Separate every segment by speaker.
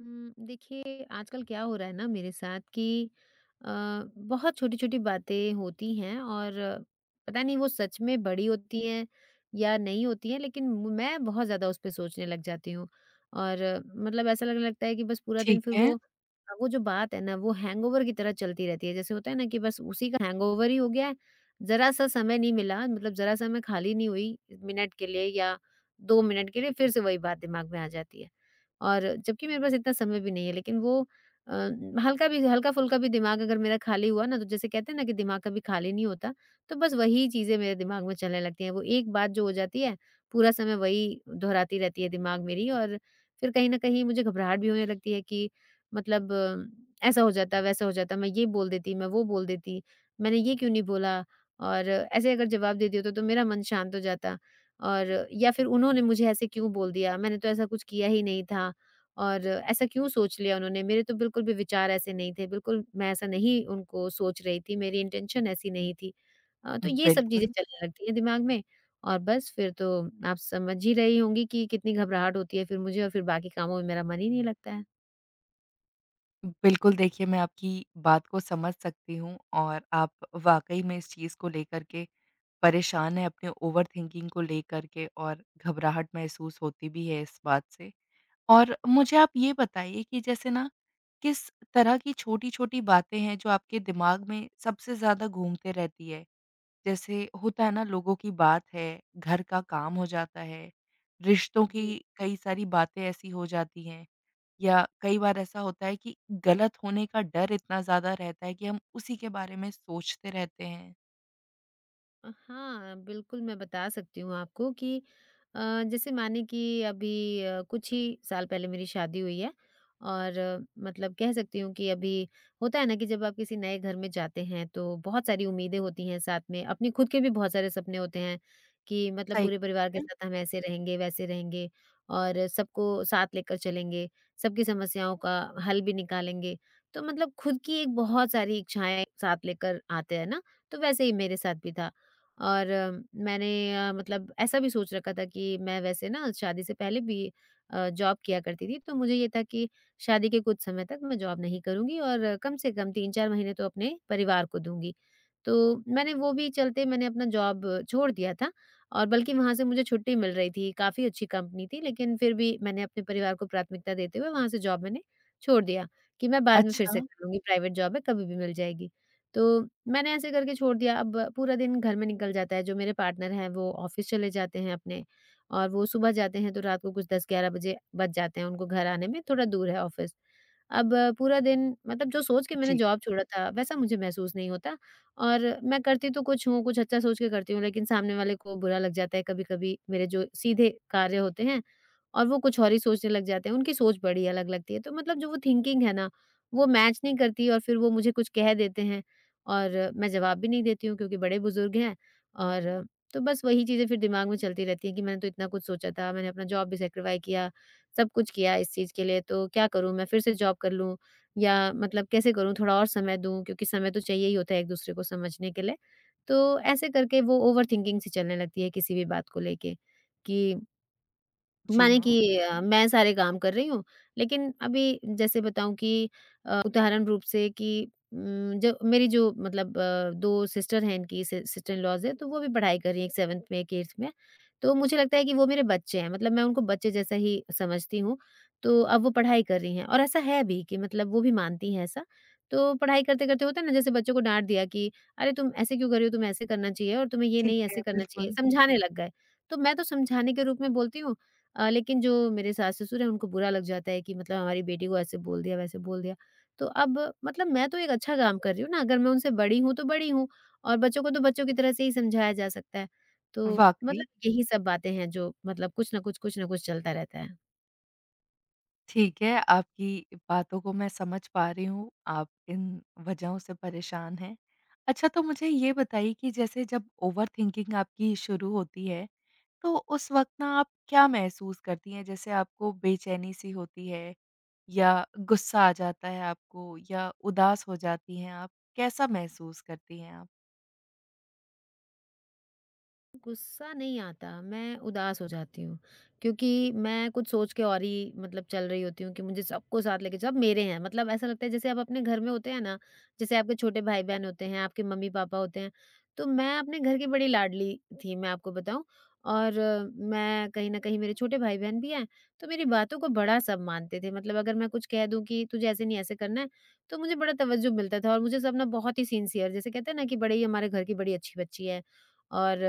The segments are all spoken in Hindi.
Speaker 1: देखिए आजकल क्या हो रहा है ना मेरे साथ कि अ, बहुत छोटी-छोटी बातें होती हैं और पता नहीं वो सच में बड़ी होती हैं या नहीं होती हैं लेकिन मैं बहुत ज़्यादा उस पे सोचने लग जाती हूँ। और मतलब ऐसा लगने लगता है कि बस पूरा दिन
Speaker 2: ठीक
Speaker 1: फिर
Speaker 2: है,
Speaker 1: वो जो बात है ना वो हैंगओवर की तरह चलती रहती है। जैसे होता है ना कि बस उसी का हैंगओवर ही हो गया है, ज़रा-सा समय नहीं मिला मतलब ज़रा-सा मैं खाली नहीं हुई मिनट के लिए या 2 मिनट के लिए फिर से वही बात दिमाग में आ जाती है। और जबकि मेरे पास इतना समय भी नहीं है लेकिन अ, हल्का भी हल्का-फुल्का भी दिमाग अगर मेरा खाली हुआ ना, तो जैसे कहते हैं ना कि दिमाग कभी खाली नहीं होता, तो बस वही चीज़ें मेरे दिमाग में चलने लगती हैं। वो एक बात जो हो जाती है, पूरा समय वही दोहराती रहती है दिमाग मेरी। और फिर कहीं न कहीं मुझे घबराहट भी होने लगती है कि मतलब ऐसा हो जाता, वैसा हो जाता, मैं ये बोल देती, मैं वो बोल देती, मैंने ये क्यों नहीं बोला? और ऐसे अगर जवाब दे दिया होता तो मेरा मन शांत हो जाता। और या फिर उन्होंने मुझे ऐसे क्यों बोल दिया? मैंने तो ऐसा कुछ किया ही नहीं था और ऐसा क्यों सोच लिया उन्होंने? मेरे तो बिल्कुल भी विचार ऐसे नहीं थे, बिल्कुल मैं ऐसा नहीं उनको सोच रही थी, मेरी इंटेंशन ऐसी नहीं थी। तो ये सब चीज़ें
Speaker 2: बिल्कुल।
Speaker 1: चलने लगती हैं दिमाग में और बस फिर तो आप समझ ही रही होंगी कि कितनी घबराहट होती है फिर मुझे और फिर बाकी कामों में मेरा मन ही नहीं लगता है।
Speaker 2: बिल्कुल, देखिए मैं आपकी बात को समझ सकती हूँ और आप वाक़ई में इस चीज़ को लेकर के परेशान हैं, अपने ओवरथिंकिंग को लेकर के और घबराहट महसूस होती भी है इस बात से। और मुझे आप ये बताइए कि जैसे ना, किस तरह की छोटी-छोटी बातें हैं जो आपके दिमाग में सबसे ज़्यादा घूमते रहती है? जैसे होता है ना लोगों की बात है, घर का काम हो जाता है, रिश्तों की
Speaker 1: जी।
Speaker 2: कई सारी बातें ऐसी हो जाती हैं। या कई बार ऐसा होता है कि गलत होने का डर इतना ज़्यादा रहता है कि हम उसी के बारे में सोचते रहते हैं?
Speaker 1: हाँ, बिल्कुल मैं बता सकती हूँ आपको कि जैसे माने कि अभी कुछ ही साल पहले मेरी शादी हुई है और मतलब कह सकती हूँ कि अभी होता है ना कि जब आप किसी नए घर में जाते हैं तो बहुत सारी उम्मीदें होती हैं साथ में, अपने खुद के भी बहुत सारे सपने होते हैं कि मतलब
Speaker 2: सही
Speaker 1: पूरे परिवार के
Speaker 2: है।
Speaker 1: साथ हम ऐसे रहेंगे, वैसे रहेंगे और सबको साथ लेकर चलेंगे, सबकी समस्याओं का हल भी निकालेंगे। तो मतलब खुद की एक बहुत सारी इच्छाएँ साथ लेकर आते हैं ना, तो वैसे ही मेरे साथ भी था। और मैंने मतलब ऐसा भी सोच रखा था कि मैं वैसे ना शादी से पहले भी जॉब किया करती थी, तो मुझे ये था कि शादी के कुछ समय तक मैं जॉब नहीं करूंगी और कम से कम तीन चार महीने तो अपने परिवार को दूंगी। तो मैंने वो भी चलते मैंने अपना जॉब छोड़ दिया था और बल्कि वहां से मुझे छुट्टी मिल रही थी, काफी अच्छी कंपनी थी, लेकिन फिर भी मैंने अपने परिवार को प्राथमिकता देते हुए वहां से जॉब मैंने छोड़ दिया कि मैं बाद में फिर
Speaker 2: अच्छा।
Speaker 1: से कर लूंगी, प्राइवेट जॉब है कभी भी मिल जाएगी। तो मैंने ऐसे करके छोड़ दिया, अब पूरा दिन घर में निकल जाता है, जो मेरे पार्टनर हैं वो ऑफ़िस चले जाते हैं अपने और वो सुबह जाते हैं तो रात को कुछ 10-11 बजे बज जाते हैं उनको घर आने में, थोड़ा दूर है ऑफ़िस। अब पूरा दिन मतलब जो सोच के मैंने
Speaker 2: जी।
Speaker 1: जॉब छोड़ा था वैसा मुझे महसूस नहीं होता। और मैं करती तो कुछ हूँ, कुछ अच्छा सोच के करती हूँ लेकिन सामने वाले को बुरा लग जाता है कभी-कभी, मेरे जो सीधे कार्य होते हैं और वो कुछ और ही सोचने लग जाते हैं, उनकी सोच बड़ी अलग लगती है। तो मतलब जो वो थिंकिंग है ना, वो मैच नहीं करती और फिर वो मुझे कुछ कह देते हैं और मैं जवाब भी नहीं देती हूँ क्योंकि बड़े-बुज़ुर्ग हैं। और तो बस वही चीज़ें फिर दिमाग में चलती रहती हैं कि मैंने तो इतना कुछ सोचा था, मैंने अपना जॉब भी सैक्रिफाई किया, सब कुछ किया इस चीज़ के लिए, तो क्या करूँ मैं फिर से जॉब कर लूँ या मतलब कैसे करूँ थोड़ा और समय दूँ क्योंकि समय तो चाहिए ही होता है एक-दूसरे को समझने के लिए। तो ऐसे करके वो ओवरथिंकिंग सी चलने लगती है किसी भी बात को लेके कि
Speaker 2: जी,
Speaker 1: माने कि
Speaker 2: हाँ।
Speaker 1: मैं सारे काम कर रही हूँ, लेकिन अभी जैसे बताऊँ कि उदाहरण रूप से कि उम, जो मेरी जो मतलब अ, 2 सिस्टर हैं, इनकी सि सिस्टर इन लॉज़ हैं, तो वो भी पढ़ाई कर रही हैं, एक 7th में, एक 8th में। तो मुझे लगता है कि वो मेरे बच्चे हैं, मतलब मैं उनको बच्चे जैसा ही समझती हूँ। तो अब वो पढ़ाई कर रही हैं और ऐसा है भी कि मतलब वो भी मानती हैं ऐसा। तो पढ़ाई करते-करते होता है ना, जैसे बच्चों को डाँट दिया कि, "अरे! तुम ऐसे क्यों कर रही हो? तुम्हें ऐसे करना चाहिए और तुम्हें ये
Speaker 2: ठीक
Speaker 1: नहीं
Speaker 2: है,
Speaker 1: ऐसे करना चाहिए।"
Speaker 2: बिल्कुल।
Speaker 1: समझाने लग गए। तो मैं तो समझाने के रूप में बोलती हूँ, लेकिन जो मेरे सास-ससुर हैं, उनको बुरा लग जाता है कि मतलब हमारी बेटी को ऐसे बोल दिया, वैसे बोल दिया। तो अब मतलब मैं तो एक अच्छा काम कर रही हूँ ना, अगर मैं उनसे बड़ी हूँ, तो बड़ी हूँ और बच्चों को तो बच्चों की तरह से ही समझाया जा सकता है। तो मतलब
Speaker 2: वाक़ई,
Speaker 1: यही सब बातें हैं जो मतलब कुछ न कुछ चलता रहता है।
Speaker 2: ठीक है, आपकी बातों को मैं समझ पा रही हूँ, आप इन वजहों से परेशान हैं। अच्छा, तो मुझे ये बताइए कि जैसे जब ओवरथिंकिंग आपकी शुरू होती है, तो उस वक़्त ना आप क्या महसूस करती हैं? जैसे आपको बेचैनी-सी होती है, या गुस्सा आ जाता है आपको, या उदास हो जाती हैं आप? कैसा महसूस करती हैं आप?
Speaker 1: गुस्सा नहीं आता, मैं उदास हो जाती हूँ, क्योंकि मैं कुछ सोच के और ही मतलब चल रही होती हूँ कि मुझे सबको साथ लेके सब मेरे हैं। मतलब ऐसा लगता है जैसे आप अपने घर में होते हैं ना, जैसे आपके छोटे भाई-बहन होते हैं, आपके मम्मी-पापा होते हैं, तो मैं अपने घर की बड़ी लाडली थी, मैं आपको बताऊँ। और मैं कहीं न कहीं, मेरे छोटे भाई-बहन भी हैं, तो मेरी बातों को बड़ा सब मानते थे। मतलब अगर मैं कुछ कह दूँ कि तुझे ऐसे नहीं ऐसे करना है, तो मुझे बड़ा तवज्जो मिलता था और मुझे सब ना बहुत ही सिंसियर, जैसे कहते हैं ना कि बड़े ही हमारे घर की बड़ी अच्छी बच्ची है। और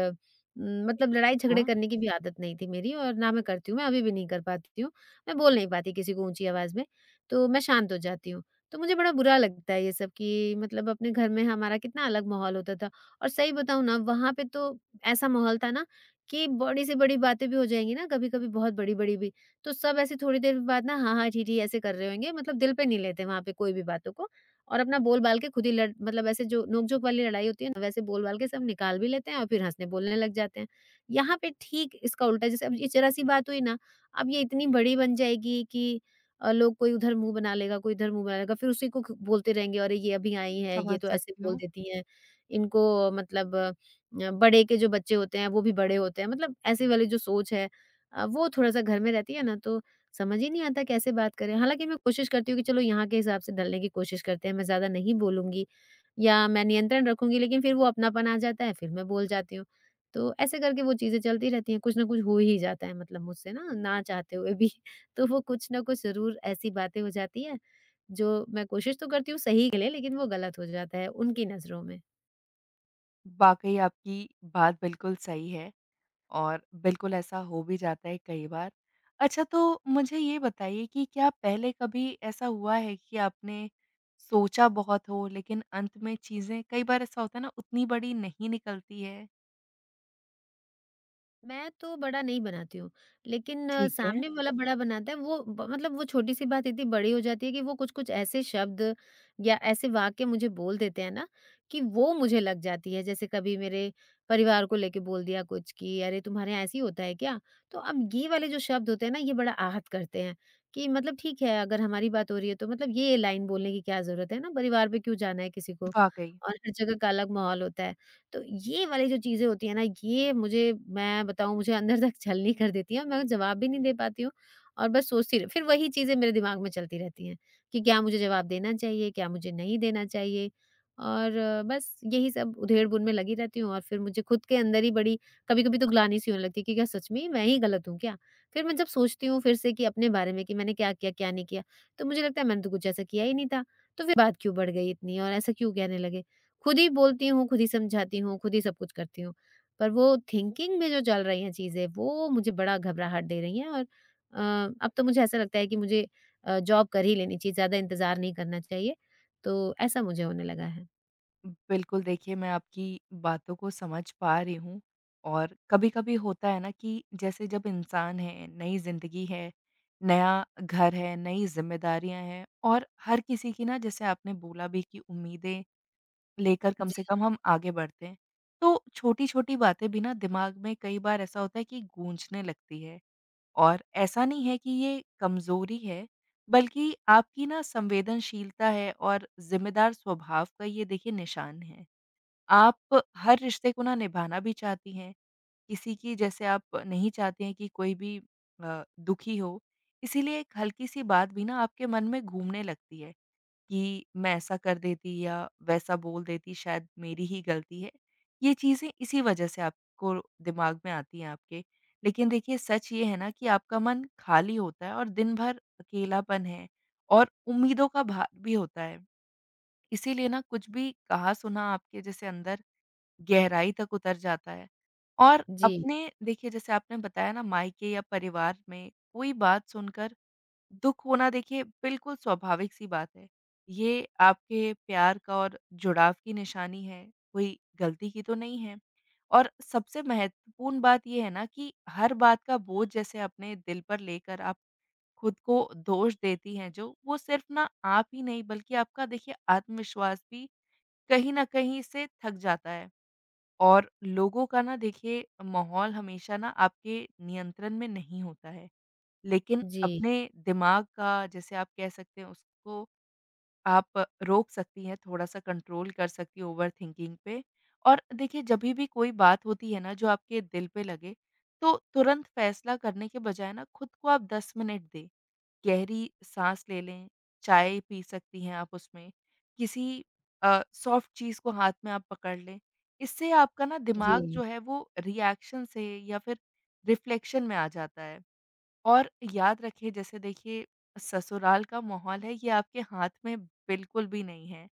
Speaker 1: मतलब
Speaker 2: अच्छा।
Speaker 1: लड़ाई-झगड़े करने की भी आदत नहीं थी मेरी और ना मैं करती हूँ, मैं अभी भी नहीं कर पाती हूँ। मैं बोल नहीं पाती किसी को ऊँची आवाज़ में, तो मैं शांत हो जाती हूँ। तो मुझे बड़ा बुरा लगता है ये सब कि मतलब अपने घर में हमारा कितना अलग माहौल होता था और सही बताऊँ ना, वहाँ पे तो ऐसा माहौल था ना कि बड़ी से बड़ी बातें भी हो जाएँगी ना, कभी-कभी बहुत बड़ी-बड़ी भी, तो सब ऐसे थोड़ी देर बाद ना हाँ, हाँ, ठीक, ठीक ऐसे कर रहे होंगे, मतलब दिल पे नहीं लेते वहाँ पे कोई भी बातों को और अपना बोल-बाल के खुद ही लड़ मतलब ऐसे जो नोक-झोंक वाली लड़ाई होती है ना, वैसे बोल-बाल के सब निकाल भी लेते हैं और फिर हँसने-बोलने लग जाते हैं। यहाँ पे ठीक इसका उल्टा, जैसे अब ये ज़रा-सी बात हुई ना, अब ये इतनी बड़ी बन जाएगी कि लोग कोई उधर मुँह बना लेगा, कोई इधर मुँह बना लेगा, फिर उसी को ख बोलते रहेंगे, "अरे! ये अभी आई हैं, ये
Speaker 2: समझ
Speaker 1: तो ऐसे
Speaker 2: सकती
Speaker 1: बोल
Speaker 2: हूँ।
Speaker 1: देती हैं, इनको मतलब बड़े के जो बच्चे होते हैं, वो भी बड़े होते हैं।" मतलब ऐसी वाली जो सोच है, वो थोड़ा-सा घर में रहती है ना, तो समझ ही नहीं आता कैसे बात करें? हालाँकि मैं कोशिश करती हूँ कि चलो यहाँ के हिसाब से ढलने की कोशिश करते हैं, मैं ज़्यादा नहीं बोलूँगी या मैं नियंत्रण रखूँगी, लेकिन फिर वो अपनापन आ जाता है, फिर मैं बोल जाती हूँ। तो ऐसे करके वो चीज़ें चलती रहती हैं, कुछ न कुछ हो ही जाता है मतलब मुझसे ना, ना चाहते हुए भी। तो वो कुछ न कुछ ज़रूर ऐसी बातें हो जाती हैं, जो मैं कोशिश तो करती हूँ सही के लिए लेकिन वो गलत हो जाता है उनकी नज़रों में।
Speaker 2: वाक़ई आपकी बात बिल्कुल सही है और बिल्कुल ऐसा हो भी जाता है कई बार। अच्छा, तो मुझे ये बताइए कि क्या पहले कभी ऐसा हुआ है कि आपने सोचा बहुत हो, लेकिन अंत में चीज़ें कई बार ऐसा होता है ना उतनी बड़ी नहीं निकलती है?
Speaker 1: मैं तो बड़ा नहीं बनाती हूँ, लेकिन
Speaker 2: ठीक है,
Speaker 1: सामने हुँ। वाला बड़ा बनाता है, वो ब मतलब वो छोटी-सी बात इतनी बड़ी हो जाती है कि वो कुछ-कुछ ऐसे शब्द या ऐसे वाक्य मुझे बोल देते हैं ना, कि वो मुझे लग जाती है। जैसे कभी मेरे परिवार को लेके बोल दिया कुछ कि अरे तुम्हारे यहाँ ऐसे ही होता है क्या? तो अब ये वाले जो शब्द होते हैं ना, ये बड़ा आहत करते हैं, कि मतलब ठीक है अगर हमारी बात हो रही है तो मतलब ये लाइन बोलने की क्या ज़रूरत है ना, परिवार पे क्यों जाना है किसी को?
Speaker 2: वाक़ई।
Speaker 1: और हर जगह का अलग माहौल होता है। तो ये वाली जो चीज़ें होती हैं ना, ये मुझे, मैं बताऊँ, मुझे अंदर तक छलनी कर देती हैं और मैं जवाब भी नहीं दे पाती हूँ और बस सोचती रह फिर वही चीज़ें मेरे दिमाग में चलती रहती हैं कि क्या मुझे जवाब देना चाहिए, क्या मुझे नहीं देना चाहिए? और बस यही सब उधेड़-बुन में लगी रहती हूँ और फिर मुझे खुद के अंदर ही बड़ी कभी-कभी तो ग्लानि-सी होने लगती है कि क्या सच में मैं ही गलत हूँ क्या? फिर मैं जब सोचती हूँ फिर से कि अपने बारे में कि मैंने क्या किया, क्या नहीं किया, तो मुझे लगता है मैंने तो कुछ ऐसा किया ही नहीं था, तो फिर बात क्यों बढ़ गई इतनी और ऐसा क्यों कहने लगे? खुद ही बोलती हूँ, खुद ही समझाती हूँ, खुद ही सब कुछ करती हूँ। पर वो थिंकिंग में जो चल रही हैं चीज़ें, वो मुझे बड़ा घबराहट दे रही हैं और अब तो मुझे ऐसा लगता है कि मुझे जॉब कर ही लेनी चाहिए, ज़्यादा इंतज़ार नहीं करना चाहिए। तो ऐसा मुझे होने लगा है।
Speaker 2: बिल्कुल, देखिए मैं आपकी बातों को समझ पा रही हूँ। और कभी-कभी होता है ना कि जैसे जब इंसान है, नई ज़िंदगी है, नया घर है, नई ज़िम्मेदारियाँ हैं और हर किसी की ना, जैसे आपने बोला भी, कि उम्मीदें लेकर कम से कम हम आगे बढ़ते हैं। तो छोटी-छोटी बातें भी ना दिमाग में कई बार ऐसा होता है कि गूँजने लगती है। और ऐसा नहीं है कि ये कमज़ोरी है, बल्कि आपकी ना संवेदनशीलता है और ज़िम्मेदार स्वभाव का ये देखिए निशान है। आप हर रिश्ते को ना निभाना भी चाहती हैं, किसी की जैसे आप नहीं चाहती हैं कि कोई भी दुखी हो, इसीलिए एक हल्की-सी बात भी ना आपके मन में घूमने लगती है कि मैं ऐसा कर देती या वैसा बोल देती, शायद मेरी ही गलती है। ये चीज़ें इसी वजह से आपको दिमाग में आती हैं आपके। लेकिन देखिए सच ये है ना कि आपका मन खाली होता है और दिन भर अकेलापन है और उम्मीदों का भार भी होता है। इसीलिए ना कुछ भी कहा-सुना आपके जैसे अंदर गहराई तक उतर जाता है। और
Speaker 1: जी,
Speaker 2: अपने देखिए जैसे आपने बताया ना, मायके या परिवार में कोई बात सुनकर दुःख होना देखिए बिल्कुल स्वाभाविक सी बात है। ये आपके प्यार का और जुड़ाव की निशानी है, कोई गलती की तो नहीं है। और सबसे महत्वपूर्ण बात ये है ना कि हर बात का बोझ जैसे अपने दिल पर लेकर आप खुद को दोष देती हैं जो, वो सिर्फ ना आप ही नहीं, बल्कि आपका देखिए आत्मविश्वास भी कहीं न कहीं इससे थक जाता है। और लोगों का ना देखिए माहौल हमेशा ना आपके नियंत्रण में नहीं होता है, लेकिन
Speaker 1: जी,
Speaker 2: अपने दिमाग का जैसे आप कह सकते हैं, उसको आप रोक सकती हैं, थोड़ा-सा कंट्रोल कर सकती हैं ओवर थिंकिंग पे। और देखिए जभी भी कोई बात होती है ना जो आपके दिल पे लगे, तो तुरंत फैसला करने के बजाय ना खुद को आप 10 मिनट दें। गहरी साँस ले लें, चाय पी सकती हैं आप उसमें, किसी सॉफ्ट चीज़ को हाथ में आप पकड़ लें। इससे आपका ना दिमाग
Speaker 1: जी,
Speaker 2: जो है वो रिएक्शन से या फिर रिफ्लेक्शन में आ जाता है। और याद रखिए जैसे देखिए ससुराल का माहौल है ये आपके हाथ में बिल्कुल भी नहीं है,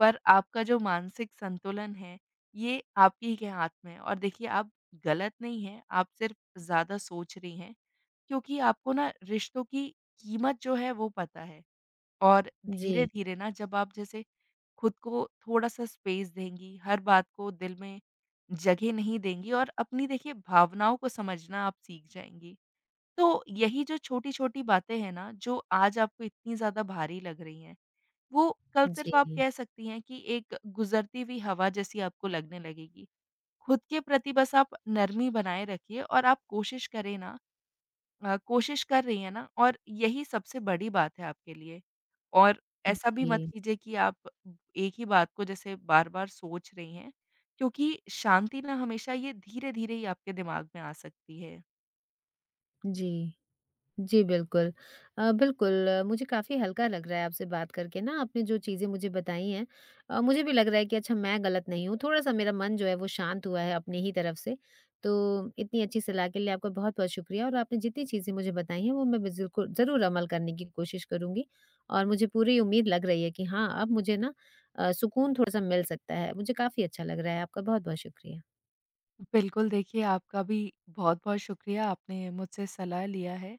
Speaker 2: पर आपका जो मानसिक संतुलन है, ये आप ही के हाथ में है और देखिए आप गलत नहीं हैं, आप सिर्फ़ ज़्यादा सोच रही हैं। क्योंकि आपको ना रिश्तों की कीमत जो है वो पता है। और
Speaker 1: जी,
Speaker 2: धीरे-धीरे ना जब आप जैसे खुद को थोड़ा-सा स्पेस देंगी, हर बात को दिल में जगह नहीं देंगी, और अपनी देखिए भावनाओं को समझना आप सीख जाएँगी। तो यही जो छोटी-छोटी बातें हैं ना, जो आज आपको इतनी ज़्यादा भारी लग रही हैं, वो कल सिर्फ़ आप
Speaker 1: जी,
Speaker 2: कह सकती हैं कि एक गुज़रती हुई हवा जैसी आपको लगने लगेगी। खुद के प्रति बस आप नरमी बनाए रखिए और आप कोशिश करें ना, कोशिश कर रही हैं ना और यही सबसे बड़ी बात है आपके लिए। और ऐसा भी मत
Speaker 1: जी,
Speaker 2: कीजिए कि आप एक ही बात को जैसे बार-बार सोच रही हैं, क्योंकि शांति ना हमेशा ये धीरे-धीरे ही आपके दिमाग में आ सकती है।
Speaker 1: जी। जी, बिल्कुल। बिल्कुल, मुझे काफ़ी हल्का लग रहा है आपसे बात करके ना, आपने जो चीज़ें मुझे बताई हैं, मुझे भी लग रहा है कि अच्छा मैं गलत नहीं हूँ, थोड़ा-सा मेरा मन जो है वो शांत हुआ है अपनी ही तरफ से। तो इतनी अच्छी सलाह के लिए आपका बहुत-बहुत शुक्रिया और आपने जितनी चीज़ें मुझे बताई हैं वो मैं बिज़िल्कुल ज़रूर अमल करने की कोशिश करूँगी और मुझे पूरी उम्मीद लग रही है कि हाँ, अब मुझे ना सुकून थोड़ा-सा मिल सकता है। मुझे काफ़ी अच्छा लग रहा है, आपका बहुत-बहुत शुक्रिया।
Speaker 2: बिल्कुल, देखिए आपका भी बहुत-बहुत शुक्रिया, आपने मुझसे सलाह लिया है।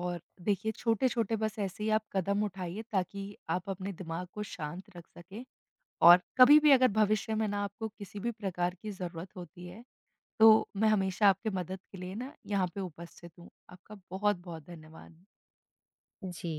Speaker 2: और देखिए छोटे-छोटे बस ऐसे ही आप कदम उठाइए, ताकि आप अपने दिमाग को शांत रख सकें और कभी भी अगर भविष्य में ना आपको किसी भी प्रकार की ज़रूरत होती है, तो मैं हमेशा आपके मदद के लिए ना यहाँ पे उपस्थित हूँ। आपका बहुत-बहुत धन्यवाद।
Speaker 1: जी।